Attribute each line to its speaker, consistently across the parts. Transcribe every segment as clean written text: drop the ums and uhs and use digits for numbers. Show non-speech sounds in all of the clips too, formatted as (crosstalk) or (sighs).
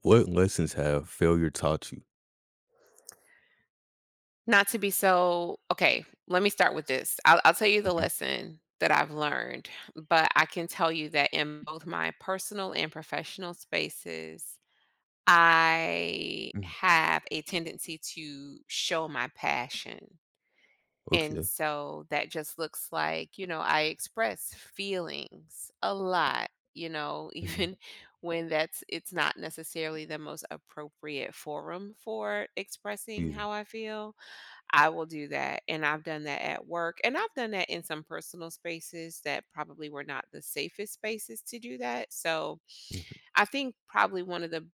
Speaker 1: What lessons have failure taught you?
Speaker 2: Not to be so Okay, let me start with this. I'll tell you the
Speaker 1: Mhm,
Speaker 2: lesson that I've learned, but I can tell you that in both my personal and professional spaces, I
Speaker 1: mhm.
Speaker 2: have a tendency to show my passion. And
Speaker 1: Okay.
Speaker 2: so that just looks like, I express feelings a lot, (laughs)
Speaker 1: Mhm.
Speaker 2: even when that's it's not necessarily the most appropriate forum for expressing
Speaker 1: Yeah.
Speaker 2: how I feel. I will do that, and I've done that at work, and I've done that in some personal spaces that probably were not the safest spaces to do that. So,
Speaker 1: Mhm,
Speaker 2: I think probably one of the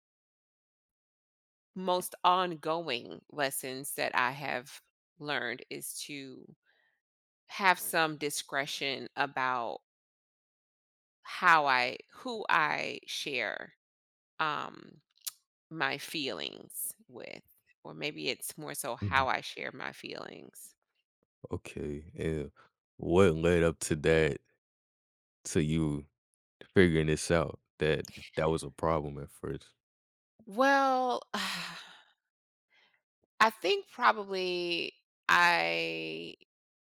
Speaker 2: most ongoing lessons that I have learned is to have some discretion about how I who I share um my feelings with, or maybe it's more so how
Speaker 1: mhm.
Speaker 2: I share my feelings.
Speaker 1: Okay, and what led up to that to you figuring this out that that was a problem at first?
Speaker 2: Well, (sighs) I think probably I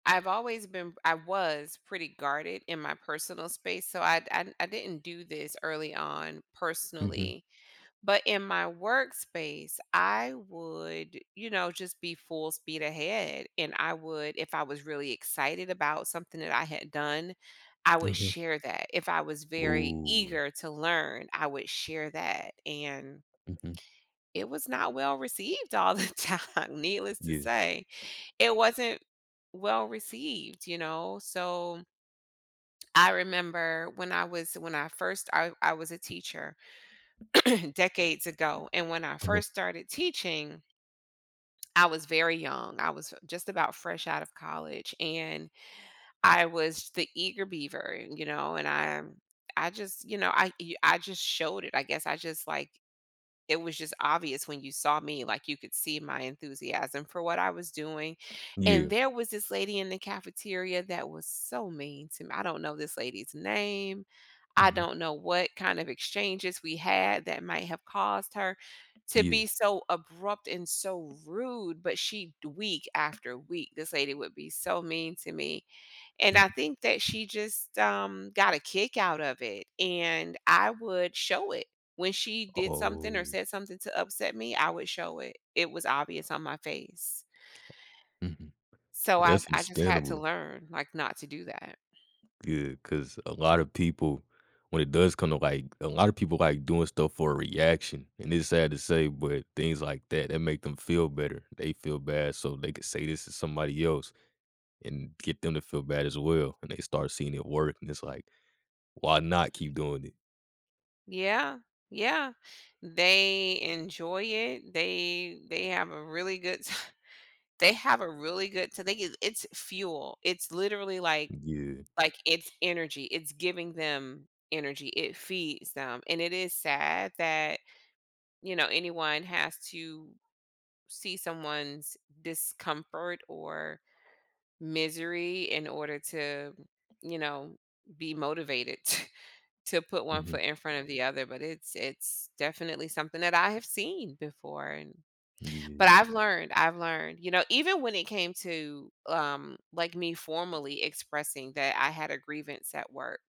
Speaker 2: I've always been I was pretty guarded in my personal space, so I didn't do this early on
Speaker 1: Mhm,
Speaker 2: personally, but in my workspace, I would just be full speed ahead, and I would if I was really excited about something that I had done. I would
Speaker 1: mhm.
Speaker 2: share that. If I was very
Speaker 1: Ooh.
Speaker 2: eager to learn, I would share that. And
Speaker 1: Mhm.
Speaker 2: it was not well received all the (laughs) time, needless to
Speaker 1: Yeah.
Speaker 2: say. It wasn't well received, you know? So, I remember when I was when I first I was a teacher (clears throat) decades ago. And when I
Speaker 1: Uh-huh.
Speaker 2: first started teaching, I was very young. I was just about fresh out of college, and I was the eager beaver, and I just, you know, I I just showed it. I guess I just like It was just obvious when you saw me. Like, you could see my enthusiasm for what I was doing, and
Speaker 1: Yeah.
Speaker 2: there was this lady in the cafeteria that was so mean to me. I don't know this lady's name. I
Speaker 1: Mhm.
Speaker 2: don't know what kind of exchanges we had that might have caused her to
Speaker 1: Yeah.
Speaker 2: be so abrupt and so rude, but she week after week, this lady would be so mean to me. And
Speaker 1: Mhm.
Speaker 2: I think that she just got a kick out of it. And I would show it. When she did something or
Speaker 1: Oh.
Speaker 2: said something to upset me, I would show it. It was obvious on my face.
Speaker 1: Mhm.
Speaker 2: So I,
Speaker 1: That's
Speaker 2: I just had to
Speaker 1: understandable.
Speaker 2: learn, like, not to do that.
Speaker 1: Cause a lot of people, when it does come to like a lot of people like doing stuff for a reaction, and it's sad to say, but things like that that make them feel better. They feel bad, so they could say this to somebody else and get them to feel bad as well, and they start seeing it work, and it's like, why not keep doing it?
Speaker 2: Yeah. Yeah. They enjoy it. They have a really good t- (laughs) they have a really good so they get it's fuel. It's literally like
Speaker 1: Yeah,
Speaker 2: Like, it's energy, it's giving them energy, it feeds them, and it is sad that, anyone has to see someone's discomfort or misery in order to, you know, be motivated (laughs) to put one
Speaker 1: mhm,
Speaker 2: foot in front of the other, but it's definitely something that I have seen before, and
Speaker 1: yeah,
Speaker 2: but I've learned, you know, even when it came to, like, me formally expressing that I had a grievance at work.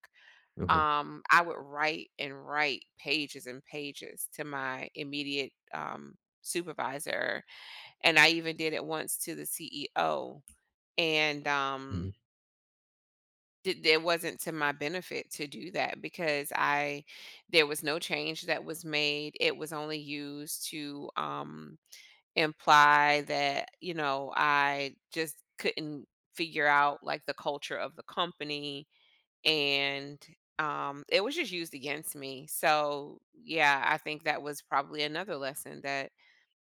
Speaker 1: uh-huh,
Speaker 2: I would write and write pages and pages to my immediate, supervisor, and I even did it once to the CEO. And
Speaker 1: mhm,
Speaker 2: it wasn't to my benefit to do that because I there was no change that was made. It was only used to, imply that, I just couldn't figure out like the culture of the company, and it was just used against me. So yeah, I think that was probably another lesson that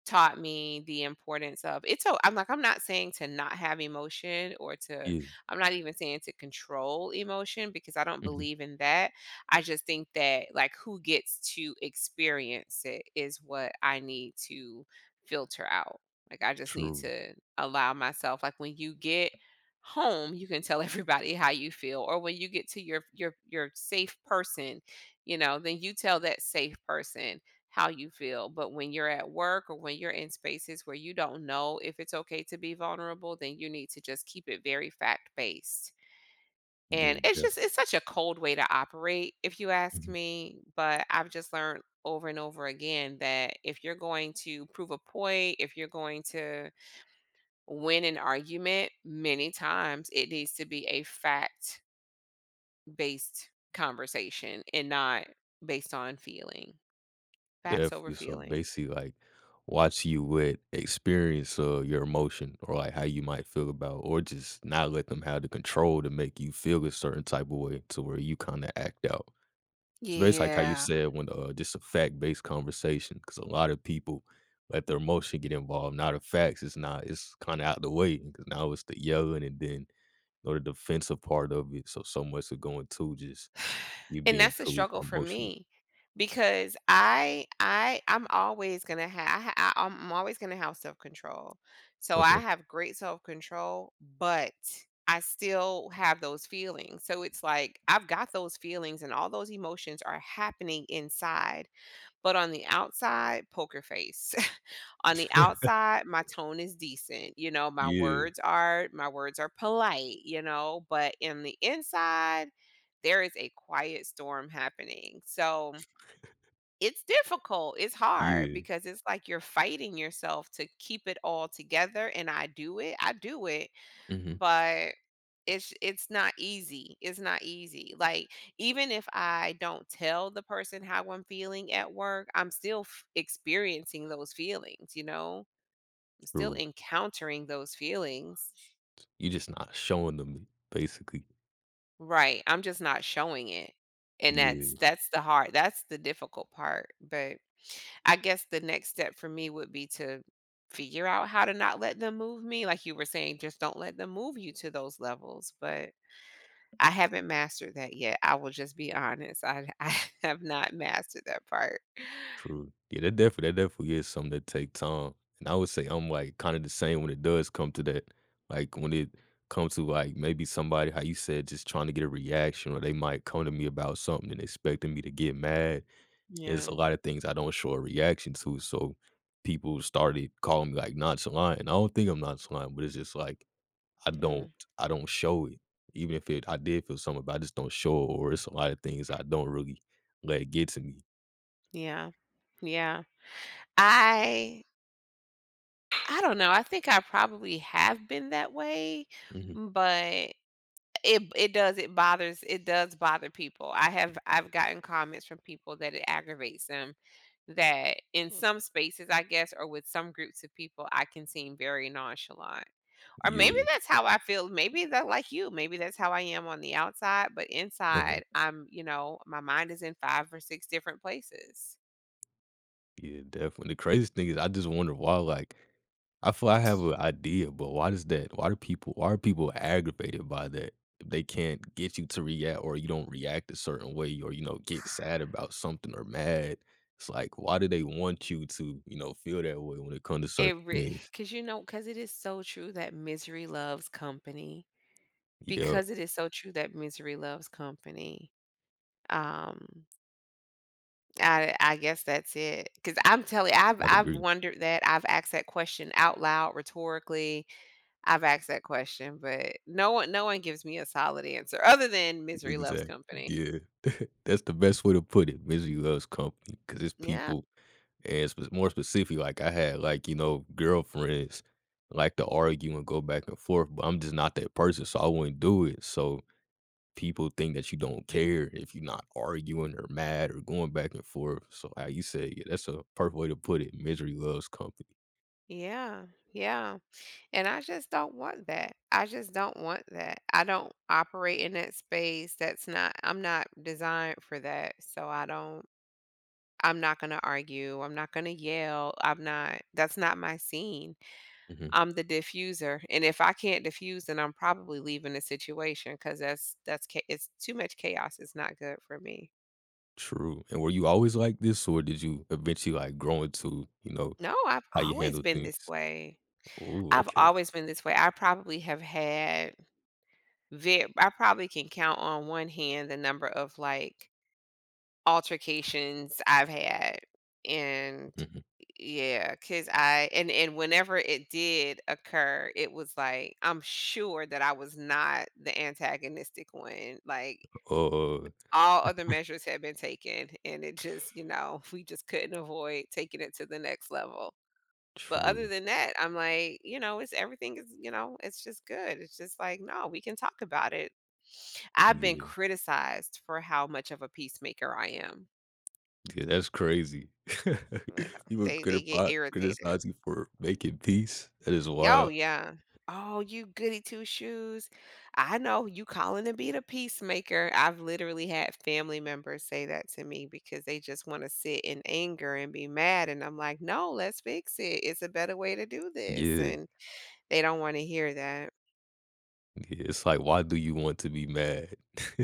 Speaker 2: taught me the importance of. It's so, I'm like, I'm not saying to not have emotion or to.
Speaker 1: yeah,
Speaker 2: I'm not even saying to control emotion, because I don't
Speaker 1: mhm,
Speaker 2: believe in that. I just think that, like, who gets to experience it is what I need to filter out. Like, I just need
Speaker 1: true,
Speaker 2: to allow myself, like, when you get home, you can tell (laughs) everybody how you feel, or when you get to your safe person, then you tell that safe person how you feel. But when you're at work, or when you're in spaces where you don't know if it's okay to be vulnerable, then you need to just keep it very fact based. And
Speaker 1: yeah,
Speaker 2: it's
Speaker 1: definitely.
Speaker 2: just, it's such a cold way to operate, if you ask me. But I've just learned over and over again that if you're going to prove a point, if you're going to win an argument, many times it needs to be a fact based conversation and not based on feeling. Facts
Speaker 1: If
Speaker 2: over
Speaker 1: so
Speaker 2: feeling.
Speaker 1: basically like watch you with experience of your emotion or like how you might feel about or just not let them have the control to make you feel a certain type of way to where you kind of act out. It's basically like how you
Speaker 2: Yeah.
Speaker 1: said when just a fact based conversation because a lot of people let their emotion get involved. Now the facts it's not it's kind of out the way because now it's the yelling and then or the defensive part of it. So so much of going to just you
Speaker 2: And
Speaker 1: being
Speaker 2: that's a
Speaker 1: too
Speaker 2: struggle for
Speaker 1: emotional.
Speaker 2: me because I'm always gonna have I'm always gonna have self control. So I have great self control, but I still have those feelings. So it's like I've got those feelings and all those emotions are happening inside, but on the outside, poker face. (laughs) On the
Speaker 1: (laughs)
Speaker 2: outside, my tone is decent. You know, my
Speaker 1: Yeah,
Speaker 2: words are my words are polite, but in the inside, there is a quiet storm happening. So it's difficult. It's hard
Speaker 1: yeah.
Speaker 2: because it's like you're fighting yourself to keep it all together. And I do it. I do it.
Speaker 1: Hmm.
Speaker 2: But it's not easy. It's not easy. Like, even if I don't tell the person how I'm feeling at work, I'm still experiencing those feelings, you know? I'm still
Speaker 1: True.
Speaker 2: encountering those feelings.
Speaker 1: You're just not showing them, basically.
Speaker 2: Right. I'm just not showing it. And that's
Speaker 1: Yeah,
Speaker 2: that's the hard. That's the difficult part. But I guess the next step for me would be to figure out how to not let them move me. Like you were saying, just don't let them move you to those levels. But I haven't mastered that yet. I will just be honest. I (laughs) I have not mastered that part.
Speaker 1: true. Yeah, that definitely is something that take time, and I would say I'm, like, kinda the same when it does come to that. Like, when it comes to, like, maybe somebody, how you said, just trying to get a reaction, or they might come to me about something and expecting me to get mad. It's a
Speaker 2: Yeah.
Speaker 1: lot of things I don't show a reaction to, so people started calling me, like, nonchalant, and I don't think I'm nonchalant, but it's just like I don't
Speaker 2: Mhm.
Speaker 1: I don't show it. Even if it I did feel something, but I just don't show it, or it's a lot of things I don't really let get to me.
Speaker 2: Yeah. Yeah. I I don't know. I think I probably have been that way,
Speaker 1: Mhm.
Speaker 2: but it does bother people. I've gotten comments from people that it aggravates them, that in some spaces, I guess, or with some groups of people, I can seem very nonchalant. Or maybe
Speaker 1: Yeah.
Speaker 2: that's how I feel. Maybe that, like you, maybe that's how I am on the outside, but
Speaker 1: Uh-huh.
Speaker 2: inside I'm, my mind is in 5 or 6 different places.
Speaker 1: Yeah, definitely. The craziest thing is I just wonder why, like, I feel I have an idea, but why does that why do people why are people aggravated by that? If they can't get you to react or you don't react a certain way or you know, get sad about something or mad. It's like, why do they want you to, you know, feel that way when it comes to
Speaker 2: It
Speaker 1: certain
Speaker 2: really,
Speaker 1: things?
Speaker 2: cuz it is so true that misery loves company.
Speaker 1: Yeah,
Speaker 2: Because it is so true that misery loves company. Um, I guess that's it. Cuz I'm telling I've
Speaker 1: I
Speaker 2: I've
Speaker 1: agree.
Speaker 2: wondered that. I've asked that question out loud rhetorically. I've asked that question, but no one gives me a solid answer other than misery loves
Speaker 1: Exactly.
Speaker 2: company.
Speaker 1: Yeah. (laughs) That's the best way to put it. Misery loves company because it's
Speaker 2: Yeah,
Speaker 1: people, and sp more specifically, like, I had, like, you know, girlfriends like to argue and go back and forth, but I'm just not that person, so I wouldn't do it. So people think that you don't care if you're not arguing or mad or going back and forth. So how you say it, that's a perfect way to put it. Misery loves company.
Speaker 2: yeah, yeah, and I just don't want that. I just don't want that. I don't operate in that space. That's not I'm not designed for that. So I'm not going to argue. I'm not going to yell. I'm not That's not my scene.
Speaker 1: Mhm.
Speaker 2: I'm the diffuser. And if I can't diffuse, then I'm probably leaving the situation, cuz it's too much chaos. It's not good for me.
Speaker 1: True. And were you always like this, or did you eventually, like, grow into, you know,
Speaker 2: No, I've
Speaker 1: how you
Speaker 2: always
Speaker 1: handle
Speaker 2: been this
Speaker 1: things?
Speaker 2: way.
Speaker 1: Oh,
Speaker 2: I've
Speaker 1: okay.
Speaker 2: always been this way. I probably have had Ver I probably can count on one hand the number of, like, altercations I've had, and
Speaker 1: Mhm.
Speaker 2: yeah, because I and whenever it did occur, it was like, I'm sure that I was not the antagonistic one, like,
Speaker 1: Oh,
Speaker 2: all other measures had been taken, and it just, (laughs) we just couldn't avoid taking it to the next level. But other
Speaker 1: true.
Speaker 2: than that, I'm like, it's everything is, it's just good. It's just like, no, we can talk about it. I've been
Speaker 1: Yeah,
Speaker 2: criticized for how much of a peacemaker I am.
Speaker 1: yeah, that's crazy. (laughs)
Speaker 2: Yeah.
Speaker 1: People
Speaker 2: They get
Speaker 1: critipi
Speaker 2: irritated.
Speaker 1: criticize you for making peace. That is
Speaker 2: Oh
Speaker 1: wild.
Speaker 2: yeah. Oh, you goody two shoes. I know you calling to be the peacemaker. I've literally had family members say that to me because they just want to sit in anger and be mad. And I'm like, no, let's fix it. It's a better way to do this.
Speaker 1: Yeah,
Speaker 2: And they don't want to hear that.
Speaker 1: yeah. It's like, why do you want to be mad?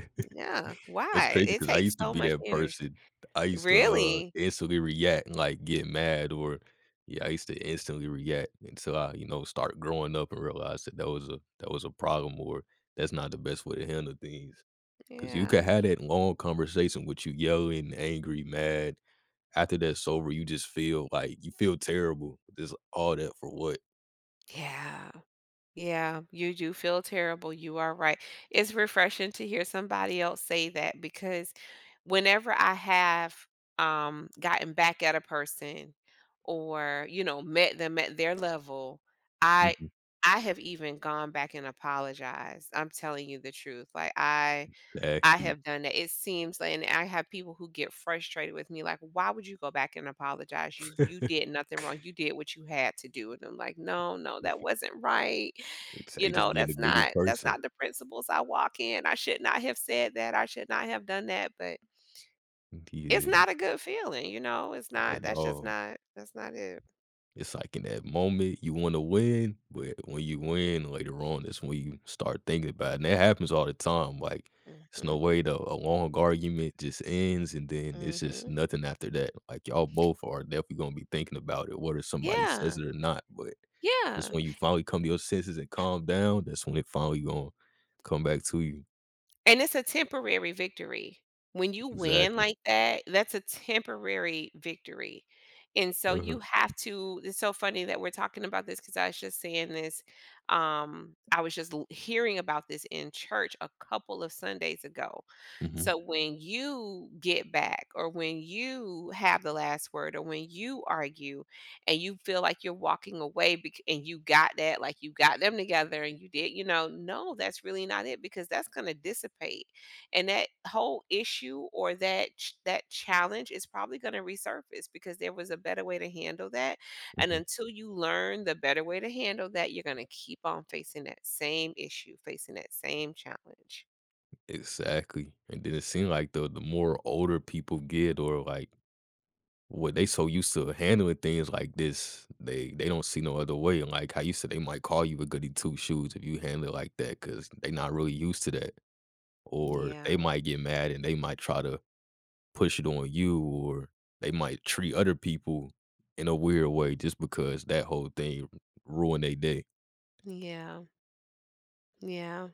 Speaker 1: (laughs)
Speaker 2: Yeah,
Speaker 1: But it's
Speaker 2: why?
Speaker 1: crazy
Speaker 2: It
Speaker 1: because I
Speaker 2: takes
Speaker 1: used to
Speaker 2: so
Speaker 1: be
Speaker 2: much
Speaker 1: that
Speaker 2: energy.
Speaker 1: person. I used to,
Speaker 2: Really?
Speaker 1: instantly react and, like, get mad or yeah, I used to instantly react until I, you know, start growing up and realize that that was a problem or that's not the best way to handle things. Cause you could
Speaker 2: Yeah.
Speaker 1: have that long conversation with you yelling, angry, mad. After that's over, you just feel like you feel terrible. Just all that for what?
Speaker 2: Yeah. Yeah, you do feel terrible, you are right. It's refreshing to hear somebody else say that, because whenever I have, gotten back at a person, or, met them at their level, I
Speaker 1: Mhm.
Speaker 2: I have even gone back and apologized. I'm telling you the truth. Like, I
Speaker 1: Exactly.
Speaker 2: have done that. It seems like, and I have people who get frustrated with me, like, "Why would you go back and apologize? You did
Speaker 1: (laughs)
Speaker 2: nothing wrong. You did what you had to do." And I'm like, "No, no, that wasn't right.
Speaker 1: It's,
Speaker 2: You
Speaker 1: you just
Speaker 2: know,
Speaker 1: being a
Speaker 2: that's
Speaker 1: bigger
Speaker 2: not that's
Speaker 1: person.
Speaker 2: not the principles I walk in. I should not have said that. I should not have done that." But it's
Speaker 1: Yeah,
Speaker 2: not a good feeling, you know? It's not
Speaker 1: at
Speaker 2: that's just
Speaker 1: all.
Speaker 2: not that's not it.
Speaker 1: It's like in that moment you wanna win, but when you win later on, that's when you start thinking about it, and that happens all the time, like, it's no
Speaker 2: Mhm.
Speaker 1: way the a long argument just ends, and then it's just
Speaker 2: Mhm.
Speaker 1: nothing after that, like, y'all both are definitely gonna be thinking about it, whether somebody says
Speaker 2: Yeah.
Speaker 1: it or not, but that's
Speaker 2: Yeah.
Speaker 1: when you finally come to your senses and calm down, that's when it finally gonna come back to you.
Speaker 2: And it's a temporary victory. When you win
Speaker 1: Exactly.
Speaker 2: like that, that's a temporary victory. And so
Speaker 1: Uh-huh.
Speaker 2: you have to it's so funny that we're talking about this, because I was just saying this. I was just hearing about this in church a couple of Sundays ago.
Speaker 1: Mhm,
Speaker 2: So when you get back, or when you have the last word, or when you argue, and you feel like you're walking away, and you got that, like, you got them together, and you did you know no, that's really not it, because that's going to dissipate, and that whole issue or that that challenge is probably going to resurface, because there was a better way to handle that, and
Speaker 1: mhm.
Speaker 2: until you learn the better way to handle that, you're going to keep on facing that same issue, facing that same challenge.
Speaker 1: Exactly, and then it seemed like the more older people get or, like well, they so used to handling things like this, they don't see no other way, and, like how you said, they might call you a goody two shoes if you handle it like cause they not really used to that, or they
Speaker 2: Yeah,
Speaker 1: might get mad and they might try to push it on you, or they might treat other people in a weird way just because that whole thing ruined their day.
Speaker 2: yeah, yeah,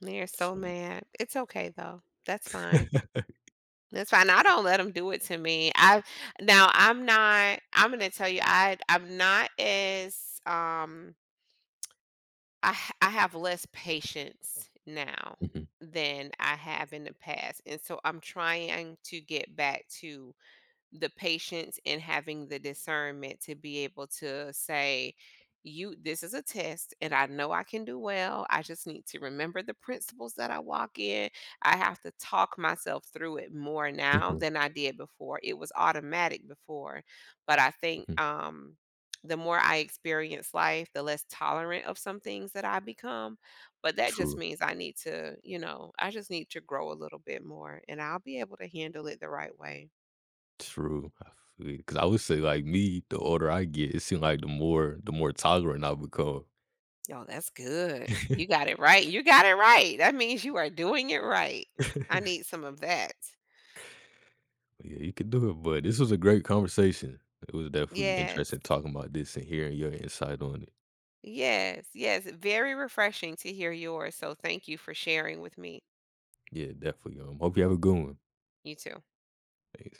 Speaker 2: they're so
Speaker 1: So y
Speaker 2: mad. It's okay though. That's fine.
Speaker 1: (laughs)
Speaker 2: That's fine. I don't let them do it to me. I'm gonna tell you, I I'm not as I have less patience now
Speaker 1: Mhm,
Speaker 2: than I have in the past. And so I'm trying to get back to the patience and having the discernment to be able to say, you, this is a test, and I know I can do well. I just need to remember the principles that I walk in. I have to talk myself through it more now
Speaker 1: mhm,
Speaker 2: than I did before. It was automatic before, but I think
Speaker 1: mhm.
Speaker 2: the more I experience life, the less tolerant of some things that I become. But
Speaker 1: (laughs)
Speaker 2: that just
Speaker 1: True,
Speaker 2: means I need to, I just need to grow a little bit more, and I'll be able to handle it the right way.
Speaker 1: true, because I feel you, 'cause I would say, like me, the older I get, it seem like the more tolerant I become.
Speaker 2: Oh, that's good. You
Speaker 1: (laughs)
Speaker 2: got it right. You got it right. That means you are doing it right. I need
Speaker 1: (laughs)
Speaker 2: some of that.
Speaker 1: Yeah, you could do it, but this was a great conversation. It was definitely
Speaker 2: Yes.
Speaker 1: interesting talking about this and hearing your insight on it.
Speaker 2: Yes. Yes. Very refreshing to hear yours. So thank you for sharing with me.
Speaker 1: Yeah, definitely. Hope you have a good one.
Speaker 2: You too.
Speaker 1: Thanks.